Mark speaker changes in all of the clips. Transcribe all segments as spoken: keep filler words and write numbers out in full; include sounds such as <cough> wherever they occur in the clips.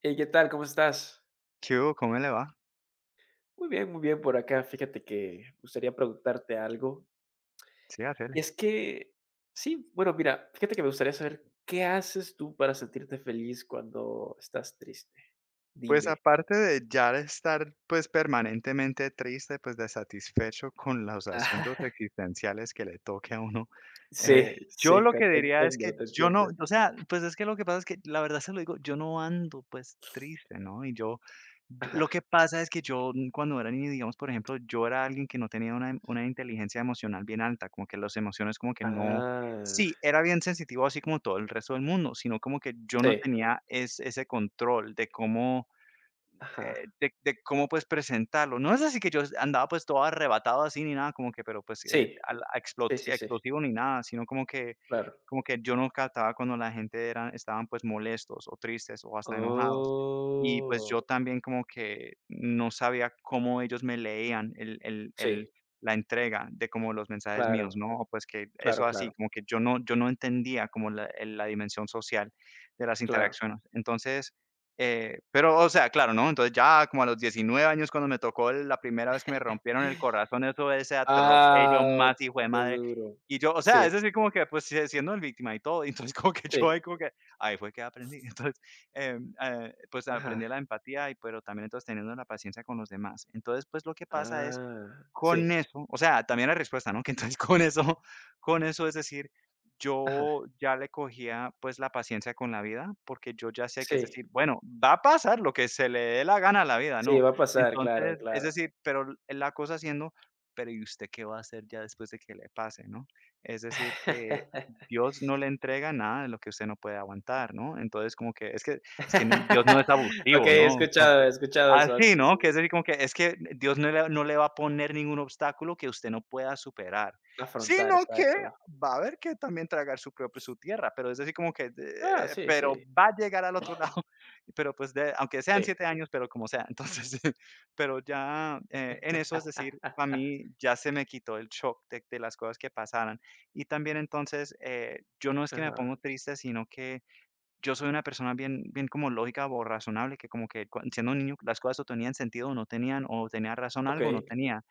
Speaker 1: Hey, ¿qué tal? ¿Cómo estás?
Speaker 2: ¿Qué hubo? ¿Cómo le va?
Speaker 1: Muy bien, muy bien por acá. Fíjate que me gustaría preguntarte algo.
Speaker 2: Sí,
Speaker 1: Y
Speaker 2: hacele.
Speaker 1: es que, sí, bueno, mira, fíjate que me gustaría saber qué haces tú para sentirte feliz cuando estás triste.
Speaker 2: Pues
Speaker 1: Dime.
Speaker 2: aparte de ya estar, pues, permanentemente triste, pues, desatisfecho con los asuntos
Speaker 1: Ajá. <laughs>
Speaker 2: existenciales que le toque a uno,
Speaker 1: Sí,
Speaker 2: eh, yo
Speaker 1: sí,
Speaker 2: lo
Speaker 1: co-
Speaker 2: que
Speaker 1: te
Speaker 2: diría es que
Speaker 1: entiendo, te
Speaker 2: yo no,
Speaker 1: entiendo.
Speaker 2: o sea, pues, es que lo que pasa es que la verdad se lo digo, yo no ando, pues, triste, ¿no? Y yo, d-
Speaker 1: Ajá.
Speaker 2: lo que pasa es que yo mm, cuando era niño, digamos, por ejemplo, yo era alguien que no tenía una, una inteligencia emocional bien alta, como que las emociones como que no,
Speaker 1: Ah,
Speaker 2: sí, era bien sensitivo así como todo el resto del mundo, sino como que yo no
Speaker 1: sí,
Speaker 2: tenía es- ese control de cómo
Speaker 1: ajá.
Speaker 2: eh, de, de cómo pues presentarlo. No es así que yo andaba pues todo arrebatado así ni nada, como que, pero pues eh,
Speaker 1: Sí,
Speaker 2: al- a
Speaker 1: sí,
Speaker 2: explot-
Speaker 1: sí, sí,
Speaker 2: explosivo ni nada, sino como que,
Speaker 1: claro.
Speaker 2: como que yo no captaba cuando la gente eran, estaban pues molestos o tristes o hasta enojados. Y pues
Speaker 1: Oh,
Speaker 2: yo también como que no sabía cómo ellos me leían el, el, el-
Speaker 1: sí,
Speaker 2: la entrega de como los mensajes
Speaker 1: claro,
Speaker 2: míos, ¿no? Pues que eso
Speaker 1: claro,
Speaker 2: así,
Speaker 1: claro,
Speaker 2: como que yo no, yo no entendía como la, el- la dimensión social de las
Speaker 1: claro.
Speaker 2: interacciones. Entonces, eh, pero, o sea, claro, ¿no? Entonces ya como a los diecinueve años cuando me tocó el- la primera vez que me rompieron el corazón, eso ese atropello
Speaker 1: Ah,
Speaker 2: más hijo de
Speaker 1: qué
Speaker 2: madre.
Speaker 1: duro.
Speaker 2: Y yo, o sea,
Speaker 1: Sí.
Speaker 2: es decir, como que pues si- siendo el víctima y todo, <laughs> y entonces como que yo ahí
Speaker 1: Sí,
Speaker 2: como que, ahí fue que aprendí. <laughs> Entonces, em, eh, pues
Speaker 1: ajá.
Speaker 2: aprendí la empatía, y, pero también entonces teniendo la paciencia con los demás. Entonces, pues lo que pasa es
Speaker 1: Ah,
Speaker 2: con
Speaker 1: sí,
Speaker 2: eso, o sea, también la respuesta, ¿no? <laughs> Que entonces con eso con eso, es decir,
Speaker 1: ajá,
Speaker 2: yo ya le cogía, pues, la paciencia con la vida, porque yo ya sé que, es
Speaker 1: sí,
Speaker 2: decir, bueno, va a pasar lo que se le dé la gana a la vida,
Speaker 1: sí,
Speaker 2: ¿no?
Speaker 1: va a pasar, claro,
Speaker 2: Entonces, es
Speaker 1: claro.
Speaker 2: decir, pero l- la cosa siendo, pero ¿y usted qué va a hacer ya después de que le pase, no? Es decir, que
Speaker 1: <laughs>
Speaker 2: Dios no le entrega nada de lo que usted no puede aguantar, ¿no? Entonces, como que es que es que no- Dios no es abusivo,
Speaker 1: Okey, he
Speaker 2: ¿no?
Speaker 1: escuchado he escuchado eso
Speaker 2: Así,
Speaker 1: antes, sí,
Speaker 2: ¿no? Que
Speaker 1: sí,
Speaker 2: es decir,
Speaker 1: sí.
Speaker 2: como que es que Dios no le no le va a poner ningún obstáculo que usted no pueda superar,
Speaker 1: Afrontar,
Speaker 2: sino que
Speaker 1: exacto.
Speaker 2: va a haber que también tragar su propia su tierra, pero es decir, como que,
Speaker 1: Ah,
Speaker 2: eh,
Speaker 1: sí, sí,
Speaker 2: pero va a llegar al otro lado, <laughs> pero, pues, de aunque sean
Speaker 1: sí.
Speaker 2: siete años, pero como sea. Entonces, <laughs> pero ya, eh, en eso, es decir, a
Speaker 1: <laughs>
Speaker 2: mí ya se me quitó el shock de de las cosas que pasaran. Y también, entonces, eh, yo no es que me pongo
Speaker 1: Ajá,
Speaker 2: triste, sino que yo soy una persona bien bien como lógica o razonable, que como que cua siendo un niño las cosas o tenían sentido o no tenían, o tenía razón algo o no
Speaker 1: okey,
Speaker 2: tenía.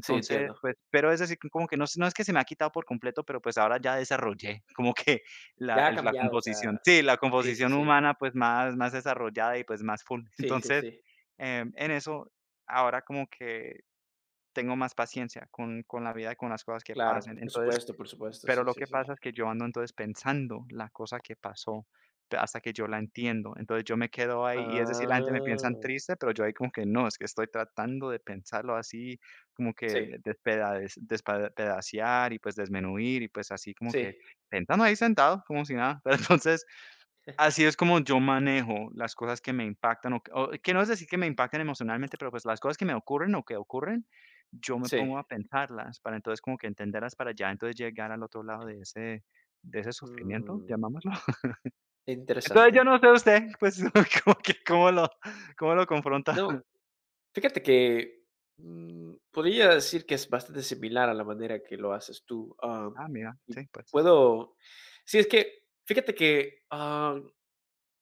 Speaker 1: sí, entiendo.
Speaker 2: pues, pero es decir, como que no es- no es que se me ha quitado por completo, pero, pues, ahora ya desarrollé <laughs> como que la
Speaker 1: Ya ha
Speaker 2: el la
Speaker 1: cambiado, o sea,
Speaker 2: composición sí, la
Speaker 1: sí, sí,
Speaker 2: composición
Speaker 1: sí,
Speaker 2: humana, pues, más más desarrollada y, pues, más full. <laughs>
Speaker 1: sí, sí,
Speaker 2: Entonces,
Speaker 1: sí,
Speaker 2: em, en eso, ahora como que tengo más paciencia con con la vida y con las cosas que
Speaker 1: claro,
Speaker 2: pasan.
Speaker 1: por
Speaker 2: Entonces
Speaker 1: supuesto, por supuesto,
Speaker 2: pero
Speaker 1: sí,
Speaker 2: lo
Speaker 1: sí,
Speaker 2: que
Speaker 1: sí.
Speaker 2: pasa es que yo ando entonces pensando la cosa que pasó pe hasta que yo la entiendo. Entonces yo me quedo ahí y es decir, la gente me piensan
Speaker 1: Ah,
Speaker 2: triste, pero yo ahí como que no, es que estoy tratando de pensarlo así, como que
Speaker 1: sí,
Speaker 2: de despeda despa pedacear y pues desmenuir y pues así como que
Speaker 1: sí,
Speaker 2: sentado ahí sentado como si nada. <laughs> Pero entonces así es como yo manejo las cosas que me impactan, o que o que no es decir que me impacten emocionalmente, pero, pues, las cosas que me ocurren o que ocurren, yo me
Speaker 1: sí,
Speaker 2: pongo a pensarlas para entonces como que entenderlas para ya entonces llegar al otro lado de ese de ese sufrimiento,
Speaker 1: mm,
Speaker 2: llamámoslo. <laughs> Entonces, yo
Speaker 1: interesante.
Speaker 2: no sé usted, pues, <laughs> como que cómo lo cómo lo confronta.
Speaker 1: No. Fíjate que, mm, podría decir que es bastante similar a la manera que lo haces tú, am,
Speaker 2: Ah, mira,
Speaker 1: y
Speaker 2: sí, pues,
Speaker 1: puedo sí, es que fíjate que, am,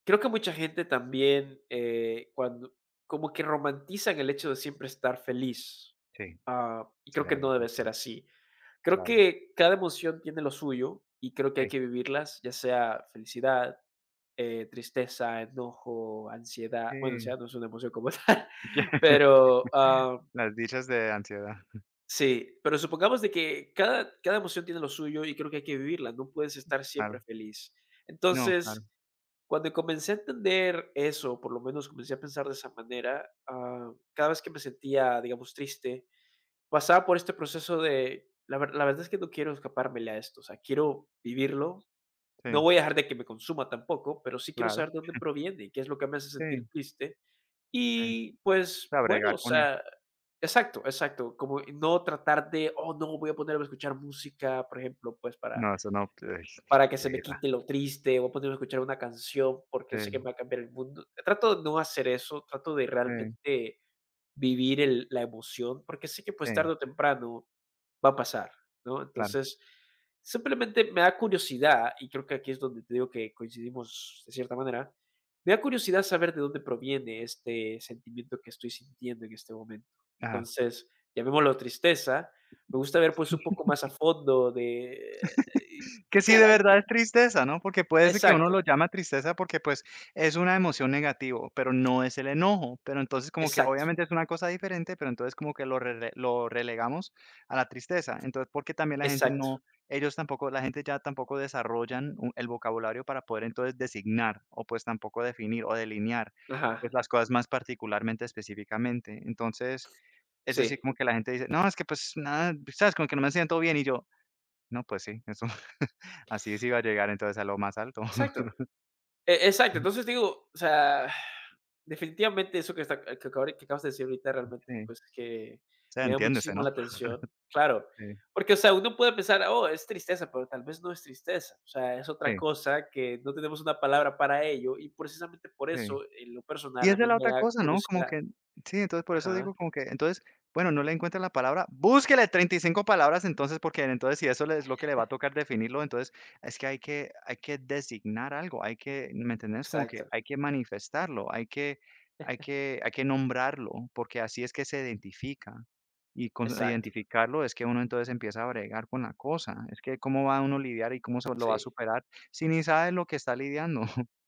Speaker 1: creo que mucha gente también, eh, cuando como que romantizan el hecho de siempre estar feliz,
Speaker 2: sí,
Speaker 1: ah, y
Speaker 2: sí,
Speaker 1: creo
Speaker 2: la
Speaker 1: que no
Speaker 2: verdad que
Speaker 1: debe
Speaker 2: sí,
Speaker 1: ser así. Creo
Speaker 2: claro,
Speaker 1: que cada emoción tiene lo suyo y creo que hay
Speaker 2: sí,
Speaker 1: que vivirlas, ya sea felicidad, eh, tristeza, enojo, ansiedad. Bueno,
Speaker 2: sí,
Speaker 1: ansiedad no es una emoción como <laughs> tal,
Speaker 2: <laughs>
Speaker 1: pero, ah,
Speaker 2: las dichas de ansiedad,
Speaker 1: sí, pero supongamos de que cada, cada emoción tiene lo suyo y creo que hay que vivirla, no puedes estar
Speaker 2: claro,
Speaker 1: siempre feliz.
Speaker 2: no, claro,
Speaker 1: Entonces, cuando comencé a entender eso, por lo menos comencé a pensar de esa manera, ah, cada vez que me sentía, digamos, triste, pasaba por este proceso de, la, ver- la verdad es que no quiero escapármele a esto, o sea, quiero vivirlo, no
Speaker 2: sí,
Speaker 1: voy a dejar de que me consuma tampoco, pero sí quiero
Speaker 2: claro,
Speaker 1: saber de dónde proviene, qué es lo que me hace sentir
Speaker 2: sí,
Speaker 1: triste
Speaker 2: sí, o
Speaker 1: y pues
Speaker 2: sea,
Speaker 1: bueno,
Speaker 2: bregar
Speaker 1: o
Speaker 2: con
Speaker 1: sea, exacto, exacto, como no tratar de, oh no, voy a ponerme a escuchar música, por ejemplo, pues para,
Speaker 2: no, eso no, ay,
Speaker 1: para que se
Speaker 2: qué
Speaker 1: me
Speaker 2: va.
Speaker 1: quite lo triste, voy a ponerme a escuchar una canción
Speaker 2: Sí,
Speaker 1: porque sé que me va a cambiar el mundo. Trato de no hacer eso, trato de
Speaker 2: sí,
Speaker 1: realmente vivir el- la emoción, porque sé que pues
Speaker 2: sí,
Speaker 1: tarde o temprano va a pasar, ¿no?
Speaker 2: claro.
Speaker 1: Entonces, simplemente me da curiosidad, y creo que aquí es donde te digo que coincidimos de cierta manera, me da curiosidad saber de dónde proviene este sentimiento que estoy sintiendo en este momento.
Speaker 2: Ajá.
Speaker 1: Entonces, llamémoslo tristeza, me gusta ver pues un poco más a fondo de eh,
Speaker 2: Que
Speaker 1: qué
Speaker 2: sí, de verdad
Speaker 1: carácter.
Speaker 2: es tristeza, ¿no? Porque puede ser que uno
Speaker 1: Exacto,
Speaker 2: lo llama tristeza porque, pues, es una emoción negativo, pero no es el enojo. Pero entonces como que
Speaker 1: exacto,
Speaker 2: obviamente es una cosa diferente, pero entonces como que lo rele lo relegamos a la tristeza. Entonces, porque también la gente
Speaker 1: exacto.
Speaker 2: no ellos tampoco la gente ya tampoco desarrollan u el vocabulario para poder entonces designar o, pues, tampoco definir o delinear,
Speaker 1: Ajá,
Speaker 2: pues, las cosas más particularmente específicamente. Entonces, es decir,
Speaker 1: sí,
Speaker 2: como que la gente dice: "No, es que, pues, nada, ¿sabes? Como que no me siento bien", y yo: "No, pues sí, eso, <laughs> así sí iba a llegar entonces a lo más alto".
Speaker 1: exacto.
Speaker 2: <laughs>
Speaker 1: E- Exacto, entonces digo, o sea, definitivamente eso que, está, eh, que, acab- que acabas de decir ahorita realmente,
Speaker 2: Sí,
Speaker 1: pues que
Speaker 2: o sea,
Speaker 1: me da
Speaker 2: entiéndese,
Speaker 1: muchísimo la
Speaker 2: ¿no?
Speaker 1: atención, claro,
Speaker 2: Sí,
Speaker 1: porque, o sea, uno puede pensar, oh, es tristeza, pero tal vez no es tristeza, o sea, es otra
Speaker 2: sí,
Speaker 1: cosa que no tenemos una palabra para ello y precisamente por
Speaker 2: sí.
Speaker 1: eso, en lo
Speaker 2: Y
Speaker 1: personal, a
Speaker 2: esa es
Speaker 1: mí
Speaker 2: la
Speaker 1: me
Speaker 2: otra
Speaker 1: da
Speaker 2: cosa, ¿no? Como
Speaker 1: curiosidad.
Speaker 2: que sí, entonces por eso
Speaker 1: Ajá,
Speaker 2: digo como que entonces, bueno, no le encuentra la palabra, búsquele treinta y cinco palabras entonces, porque entonces si eso le es lo que le va a tocar definirlo, entonces es que hay que hay que designar algo, hay que, ¿me entendés? Como que
Speaker 1: exacto,
Speaker 2: hay que manifestarlo, hay que hay que hay que nombrarlo, porque así es que se identifica. Y con
Speaker 1: exacto,
Speaker 2: identificarlo es que uno entonces empieza a bregar con la cosa. Es que cómo va uno a lidiar y cómo se lo va a
Speaker 1: sí,
Speaker 2: superar si ni sabe lo que está lidiando. <laughs>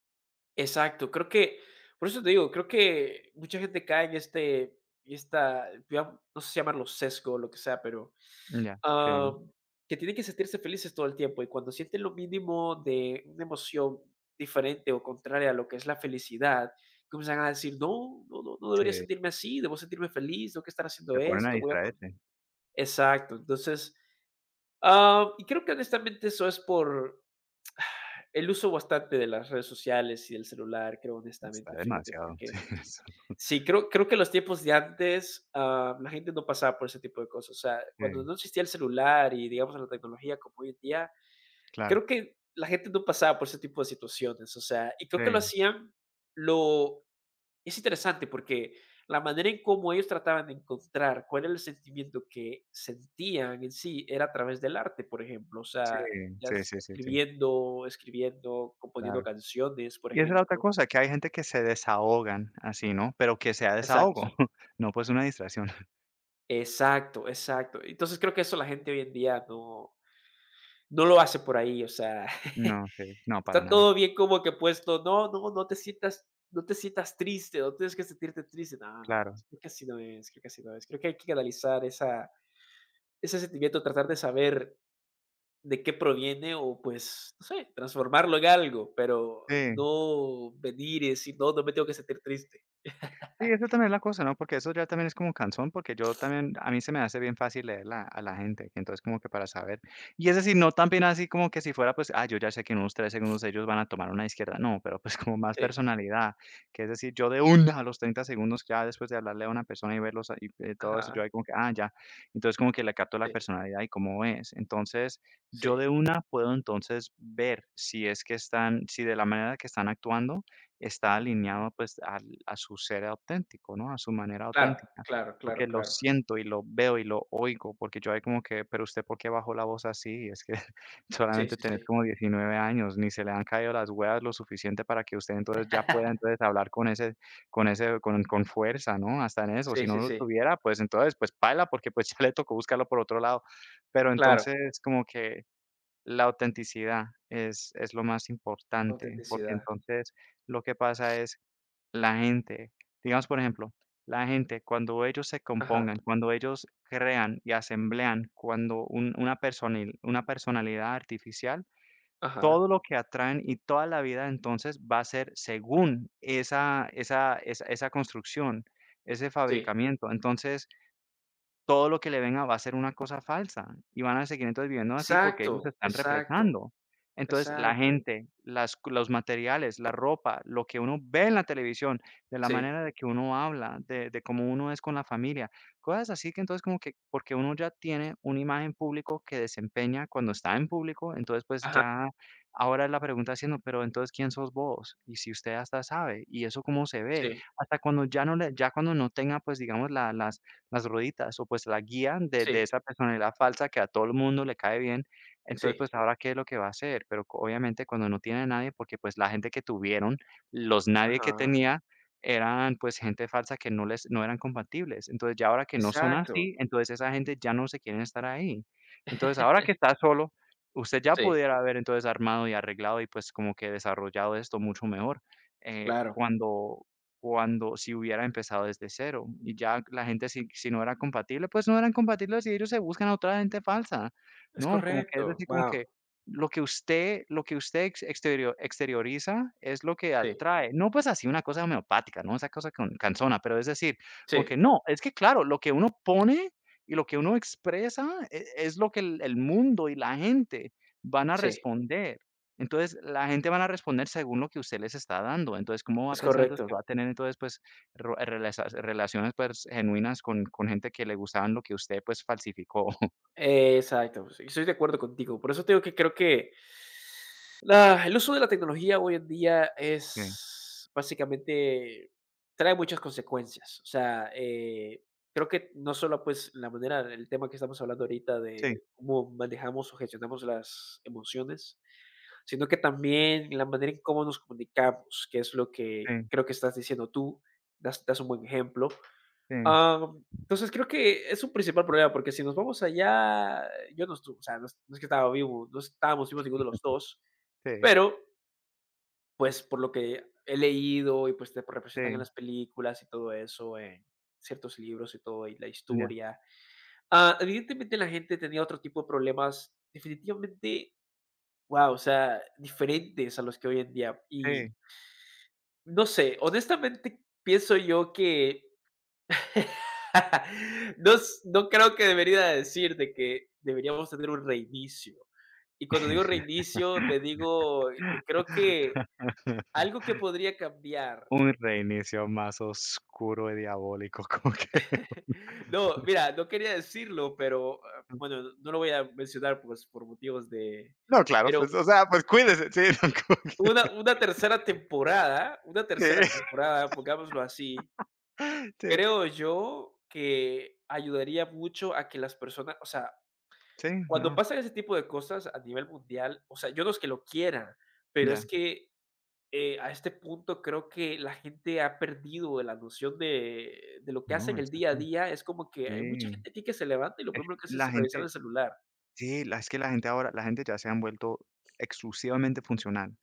Speaker 1: exacto, creo que, por eso te digo, creo que mucha gente cae en este, y esta, digamos, no sé si llamarlo sesgo o lo que sea, pero
Speaker 2: Ya, sí,
Speaker 1: Ah, que tienen que sentirse felices todo el tiempo y cuando sienten lo mínimo de una emoción diferente o contraria a lo que es la felicidad, comienzan a decir, no, no, no, no debería
Speaker 2: sí.
Speaker 1: sentirme así, debo sentirme feliz, tengo que estar haciendo
Speaker 2: Se ponen a
Speaker 1: esto, voy a... pon-".
Speaker 2: distraerse.
Speaker 1: Exacto, entonces, ah, y creo que honestamente eso es por el uso bastante de las redes sociales y del celular, creo
Speaker 2: Está
Speaker 1: honestamente, fíjate,
Speaker 2: demasiado. <laughs> Sí,
Speaker 1: porque
Speaker 2: eso.
Speaker 1: sí, creo, creo que los tiempos de antes, ah, la gente no pasaba por ese tipo de cosas, o sea, cuando
Speaker 2: Sí,
Speaker 1: no existía el celular y digamos la tecnología como hoy en día,
Speaker 2: claro.
Speaker 1: creo que la gente no pasaba por ese tipo de situaciones, o sea, y creo que lo
Speaker 2: Sí,
Speaker 1: hacían, lo, es interesante porque la manera en cómo ellos trataban de encontrar cuál era el sentimiento que sentían en sí era a través del arte, por ejemplo, o
Speaker 2: sí,
Speaker 1: sea, ya
Speaker 2: sí,
Speaker 1: es-
Speaker 2: sí, sí, sí,
Speaker 1: escribiendo, escribiendo, componiendo
Speaker 2: claro.
Speaker 1: canciones, por
Speaker 2: Y esa es la otra
Speaker 1: ejemplo.
Speaker 2: cosa, que hay gente que se desahogan así, ¿no? Pero que sea
Speaker 1: Exacto,
Speaker 2: desahogo, <laughs> no pues una distracción. <laughs>
Speaker 1: exacto, exacto. Entonces creo que eso la gente hoy en día no, no lo hace por ahí, o sea,
Speaker 2: No,
Speaker 1: <laughs>
Speaker 2: sí, no, para
Speaker 1: está
Speaker 2: nada.
Speaker 1: todo bien como que puesto, no, no, no te sientas, no te sientas triste, no tienes que sentirte triste, no, no, no,
Speaker 2: Claro.
Speaker 1: creo que así no es, creo que así no es, creo que hay que analizar esa, ese sentimiento, tratar de saber de qué proviene o pues, no sé, transformarlo en algo, pero
Speaker 2: Sí.
Speaker 1: no venir y decir, no, no me tengo que sentir triste.
Speaker 2: Sí, eso también es la cosa, ¿no? Porque eso ya también es como cansón, porque yo también, a mí se me hace bien fácil leer la, a la gente, entonces como que para saber. Y es decir, no también así como que si fuera, pues, ah, yo ya sé que en unos tres segundos ellos van a tomar una izquierda, no, pero pues como más
Speaker 1: Sí,
Speaker 2: personalidad, que es decir, yo de una a los treinta segundos ya después de hablarle a una persona y verlos y eh, todo eso, yo
Speaker 1: ajá,
Speaker 2: ahí como que, ah, ya, entonces como que le capto la
Speaker 1: sí,
Speaker 2: personalidad y cómo es. Entonces, yo
Speaker 1: sí.
Speaker 2: de una puedo entonces ver si es que están, si de la manera que están actuando está
Speaker 1: Ujú.
Speaker 2: alineado pues al, a su ser auténtico, ¿no? A su manera
Speaker 1: Claro,
Speaker 2: auténtica,
Speaker 1: claro, claro,
Speaker 2: porque lo
Speaker 1: claro.
Speaker 2: siento y lo veo y lo oigo, porque yo hay como que, pero usted ¿por qué bajó la voz así? Es que <laughs>
Speaker 1: Sí,
Speaker 2: solamente
Speaker 1: sí,
Speaker 2: tenés
Speaker 1: sí,
Speaker 2: como diecinueve años, ni se le han caído las huevas lo suficiente para que usted entonces ya pueda entonces hablar con ese, con ese, con, con fuerza, ¿no? Hasta en eso, si
Speaker 1: sí,
Speaker 2: no
Speaker 1: sí,
Speaker 2: lo
Speaker 1: sí,
Speaker 2: tuviera, pues entonces pues paila, porque pues <laughs> ya le tocó buscarlo por otro lado, pero
Speaker 1: claro.
Speaker 2: entonces como que la autenticidad es es lo más importante, porque
Speaker 1: Autenticidad.
Speaker 2: entonces lo que pasa es la gente, digamos, por ejemplo, la gente cuando ellos se
Speaker 1: Ajá,
Speaker 2: compongan, cuando ellos crean y asemblean, cuando un una personil una personalidad artificial,
Speaker 1: ajá,
Speaker 2: todo lo que atraen y toda la vida entonces va a ser según esa esa esa esa construcción, ese
Speaker 1: sí.
Speaker 2: fabricamiento. Entonces, todo lo que le venga va a ser una cosa falsa y van a seguir entonces viviendo así porque ellos se
Speaker 1: Exacto,
Speaker 2: están
Speaker 1: exacto.
Speaker 2: represando. Entonces, la
Speaker 1: Exacto.
Speaker 2: gente, las c los materiales, la ropa, lo que uno ve en la televisión, de la
Speaker 1: Sí.
Speaker 2: manera de que uno habla, de de cómo uno es con la familia, cosas así que entonces como que porque uno ya tiene una imagen público que desempeña cuando está en público, entonces, pues,
Speaker 1: Ajá.
Speaker 2: ya ahora la pregunta siendo, pero entonces, ¿quién sos vos? Y si usted hasta sabe, ¿y eso cómo se ve?
Speaker 1: Sí,
Speaker 2: Hasta cuando ya no le ya cuando no tenga, pues, digamos, la las las rueditas o pues la guían de de
Speaker 1: sí,
Speaker 2: esa personalidad falsa que a todo el mundo le cae bien. Entonces,
Speaker 1: sí.
Speaker 2: pues ahora qué es lo que va a hacer, pero co obviamente cuando no tiene a nadie, porque pues la gente que tuvieron, los nadie que
Speaker 1: Ajá.
Speaker 2: tenía eran pues gente falsa que no les no eran compatibles. Entonces, ya ahora que no son
Speaker 1: Exacto.
Speaker 2: así, entonces esa gente ya no se quieren estar ahí. Entonces, ahora que
Speaker 1: <laughs>
Speaker 2: está solo, usted ya
Speaker 1: Sí,
Speaker 2: pudiera haber entonces armado y arreglado y pues como que desarrollado esto mucho mejor, eh,
Speaker 1: claro.
Speaker 2: cuando cuando si hubiera empezado desde cero. Y ya la gente, si, si no era compatible, pues no eran compatibles y ellos se buscan a otra gente falsa,
Speaker 1: Es
Speaker 2: ¿no? Como que es
Speaker 1: correcto.
Speaker 2: decir, como
Speaker 1: Wow,
Speaker 2: que lo que usted, lo que usted ex- exterior- exterioriza es lo que
Speaker 1: sí,
Speaker 2: atrae. No pues así una cosa homeopática, ¿no? Esa cosa con, canzona, pero es decir,
Speaker 1: sí,
Speaker 2: como que no, es que claro, lo que uno pone y lo que uno expresa e- es, lo que el, el mundo y la gente van a
Speaker 1: sí,
Speaker 2: responder. Entonces, la gente van a responder según lo que usted les está dando. Entonces, ¿cómo va a
Speaker 1: es
Speaker 2: pensar entonces que
Speaker 1: correcto.
Speaker 2: va a tener entonces, pues, ro relasa relaciones, pues, genuinas con con gente que le gustaban lo que usted, pues, falsificó? <laughs>
Speaker 1: Exacto. Sí, estoy de acuerdo contigo. Por eso te digo que creo que la el uso de la tecnología hoy en día
Speaker 2: Sí,
Speaker 1: es básicamente trae muchas consecuencias. O sea, eh, creo que no solo, pues, la manera el tema que estamos hablando ahorita
Speaker 2: sí,
Speaker 1: de cómo manejamos o gestionamos las emociones sino que también la manera en cómo nos comunicamos, que es lo que creo que estás diciendo tú, das, das un buen ejemplo.
Speaker 2: sí,
Speaker 1: Am, entonces creo que es un principal problema, porque si nos vamos allá, yo no estuve, o sea, no, es no es que estaba vivo, no estábamos vivos ninguno de los dos,
Speaker 2: sí,
Speaker 1: pero pues por lo que he leído y pues te
Speaker 2: sí,
Speaker 1: representan en
Speaker 2: sí,
Speaker 1: las películas y todo eso, en ciertos libros y todo, y la
Speaker 2: ya,
Speaker 1: historia. ah, evidentemente la gente tenía otro tipo de problemas, definitivamente, wow, o sea, diferentes a los que hoy en día.
Speaker 2: sí.
Speaker 1: Y no sé, honestamente pienso yo que <laughs> no s no creo que debería decir de que deberíamos tener un reinicio. Y cuando digo reinicio, me digo que creo que
Speaker 2: <laughs>
Speaker 1: algo que podría cambiar.
Speaker 2: Un reinicio más oscuro y diabólico, como que <laughs>
Speaker 1: <laughs> No, mira, no quería decirlo, pero, ah, bueno, no no lo voy a mencionar, pues, por motivos de
Speaker 2: no, claro,
Speaker 1: pero
Speaker 2: pues, o sea, pues, cuídese, sí, <laughs> no, como
Speaker 1: una
Speaker 2: que
Speaker 1: una tercera temporada una
Speaker 2: sí,
Speaker 1: tercera temporada, pongámoslo así,
Speaker 2: sí,
Speaker 1: creo yo que ayudaría mucho a que las personas o sea,
Speaker 2: sí,
Speaker 1: cuando
Speaker 2: no,
Speaker 1: pasan ese tipo de cosas a nivel mundial, o sea, yo no es que lo quiera, pero
Speaker 2: ya,
Speaker 1: es que, eh, a este punto creo que la gente ha perdido la noción de de lo que hace
Speaker 2: no,
Speaker 1: en
Speaker 2: es
Speaker 1: el día a
Speaker 2: así,
Speaker 1: día. Es como que hay mucha
Speaker 2: sí,
Speaker 1: gente aquí que se levanta y lo
Speaker 2: es
Speaker 1: primero
Speaker 2: que
Speaker 1: que hace es
Speaker 2: la
Speaker 1: revisar
Speaker 2: gente
Speaker 1: el celular.
Speaker 2: Sí, la es que la gente ahora la gente ya se han vuelto exclusivamente funcional.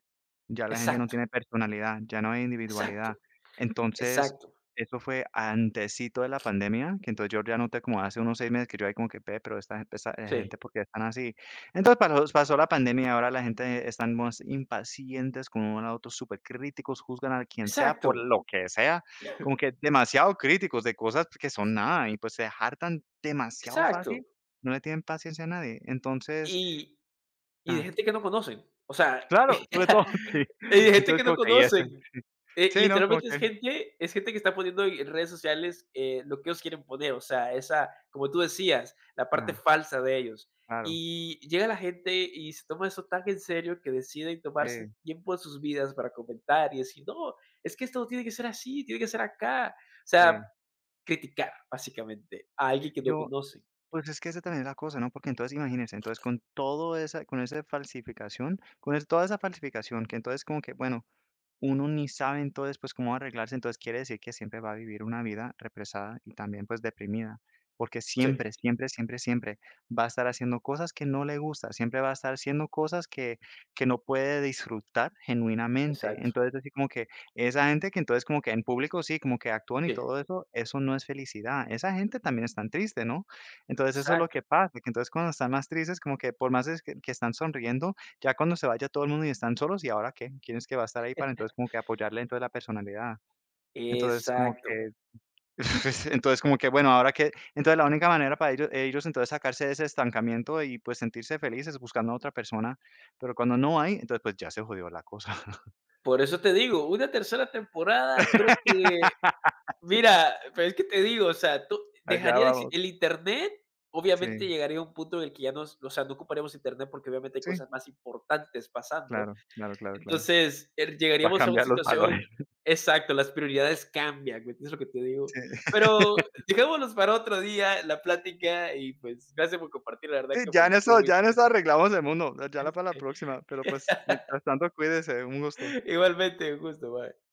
Speaker 2: Ya la gente no
Speaker 1: Exacto,
Speaker 2: tiene personalidad, ya no hay
Speaker 1: exacto,
Speaker 2: individualidad. Entonces,
Speaker 1: exacto.
Speaker 2: eso fue antesito de la pandemia, que entonces yo ya noté como hace unos seis meses que yo ahí como que, ve, pero esta gente, esta eh,
Speaker 1: Sí,
Speaker 2: gente, ¿por qué están así? Entonces pasó pasó la pandemia y ahora la gente están más impacientes con uno al otro, supercríticos, juzgan a quien sea por
Speaker 1: exacto,
Speaker 2: lo que sea, como
Speaker 1: <laughs>
Speaker 2: que demasiado críticos de cosas que son nada y pues se hartan demasiado
Speaker 1: exacto.
Speaker 2: fácil, no le tienen paciencia a nadie. Entonces,
Speaker 1: Y y de
Speaker 2: ah,
Speaker 1: gente que no conocen, o sea,
Speaker 2: claro, sobre todo, <laughs> sí.
Speaker 1: <laughs> y de gente
Speaker 2: Entonces
Speaker 1: que no
Speaker 2: como que ahí es.
Speaker 1: conocen. Eh,
Speaker 2: Sí, ¿no? Como
Speaker 1: literalmente
Speaker 2: que
Speaker 1: es gente es gente que está poniendo en redes sociales, eh, lo que ellos quieren poner, o sea, esa, como tú decías, la parte
Speaker 2: ah,
Speaker 1: falsa de ellos.
Speaker 2: claro.
Speaker 1: Y llega la gente y se toma eso tan en serio que deciden
Speaker 2: Sí,
Speaker 1: tomarse tiempo de sus vidas para comentar y decir: "No, es que esto no tiene que ser así, tiene que ser acá". O sea,
Speaker 2: sí.
Speaker 1: criticar, básicamente, a alguien que no
Speaker 2: Yo,
Speaker 1: conocen.
Speaker 2: pues, es que esa también es la cosa, ¿no? Porque entonces imagínense, entonces con todo esa con esa falsificación, con es toda esa falsificación, que entonces como que, bueno, uno ni sabe entonces, pues, cómo arreglarse, entonces quiere decir que siempre va a vivir una vida represada y también, pues, deprimida, porque
Speaker 1: Sí.
Speaker 2: siempre, siempre, siempre, siempre va a estar haciendo cosas que no le gusta, siempre va a estar haciendo cosas que que no puede disfrutar genuinamente.
Speaker 1: Exacto.
Speaker 2: Entonces, así como que esa gente que entonces como que en público sí, como que actúan y
Speaker 1: Sí.
Speaker 2: todo eso, eso no es felicidad. Esa gente también están triste, ¿no? Entonces, eso es lo
Speaker 1: Exacto.
Speaker 2: que pasa, que entonces cuando están más tristes, como que por más es que que están sonriendo, ya cuando se vaya todo el mundo y están solos, ¿y ahora qué? ¿Quién es que va a estar ahí para entonces como que apoyarle entonces la personalidad? Entonces como
Speaker 1: Exacto.
Speaker 2: que <laughs> pues, entonces como que bueno, ¿ahora que Entonces la única manera para ellos ellos entonces sacarse de ese estancamiento y pues sentirse felices buscando a otra persona, pero cuando no hay, entonces pues ya se jodió la cosa.
Speaker 1: Por eso te digo, una tercera temporada creo que
Speaker 2: <laughs>
Speaker 1: mira, pero es que te digo, o sea, tú
Speaker 2: Allá
Speaker 1: dejaría de exi
Speaker 2: vamos.
Speaker 1: el Internet,
Speaker 2: Sí,
Speaker 1: obviamente, llegaría a un punto en el que ya nos o sea, no ocuparíamos Internet, porque obviamente hay
Speaker 2: sí,
Speaker 1: cosas más importantes pasando.
Speaker 2: claro, claro, claro, claro.
Speaker 1: Entonces, eh,
Speaker 2: Va a
Speaker 1: llegaríamos a una
Speaker 2: cambiar los
Speaker 1: situación
Speaker 2: valores.
Speaker 1: exacto, las prioridades cambian, ¿me entiendes lo que te digo?
Speaker 2: Sí.
Speaker 1: Pero
Speaker 2: <laughs>
Speaker 1: dejémoslos para otro día la plática y, pues, gracias por compartir, la verdad
Speaker 2: Sí,
Speaker 1: que,
Speaker 2: ya
Speaker 1: pues,
Speaker 2: en
Speaker 1: estuvo
Speaker 2: eso
Speaker 1: muy
Speaker 2: ya en eso
Speaker 1: interesante.
Speaker 2: arreglamos el mundo, ya la para la próxima, pero pues
Speaker 1: <laughs>
Speaker 2: mientras tanto cuídese, un gusto.
Speaker 1: Igualmente, un gusto, bye.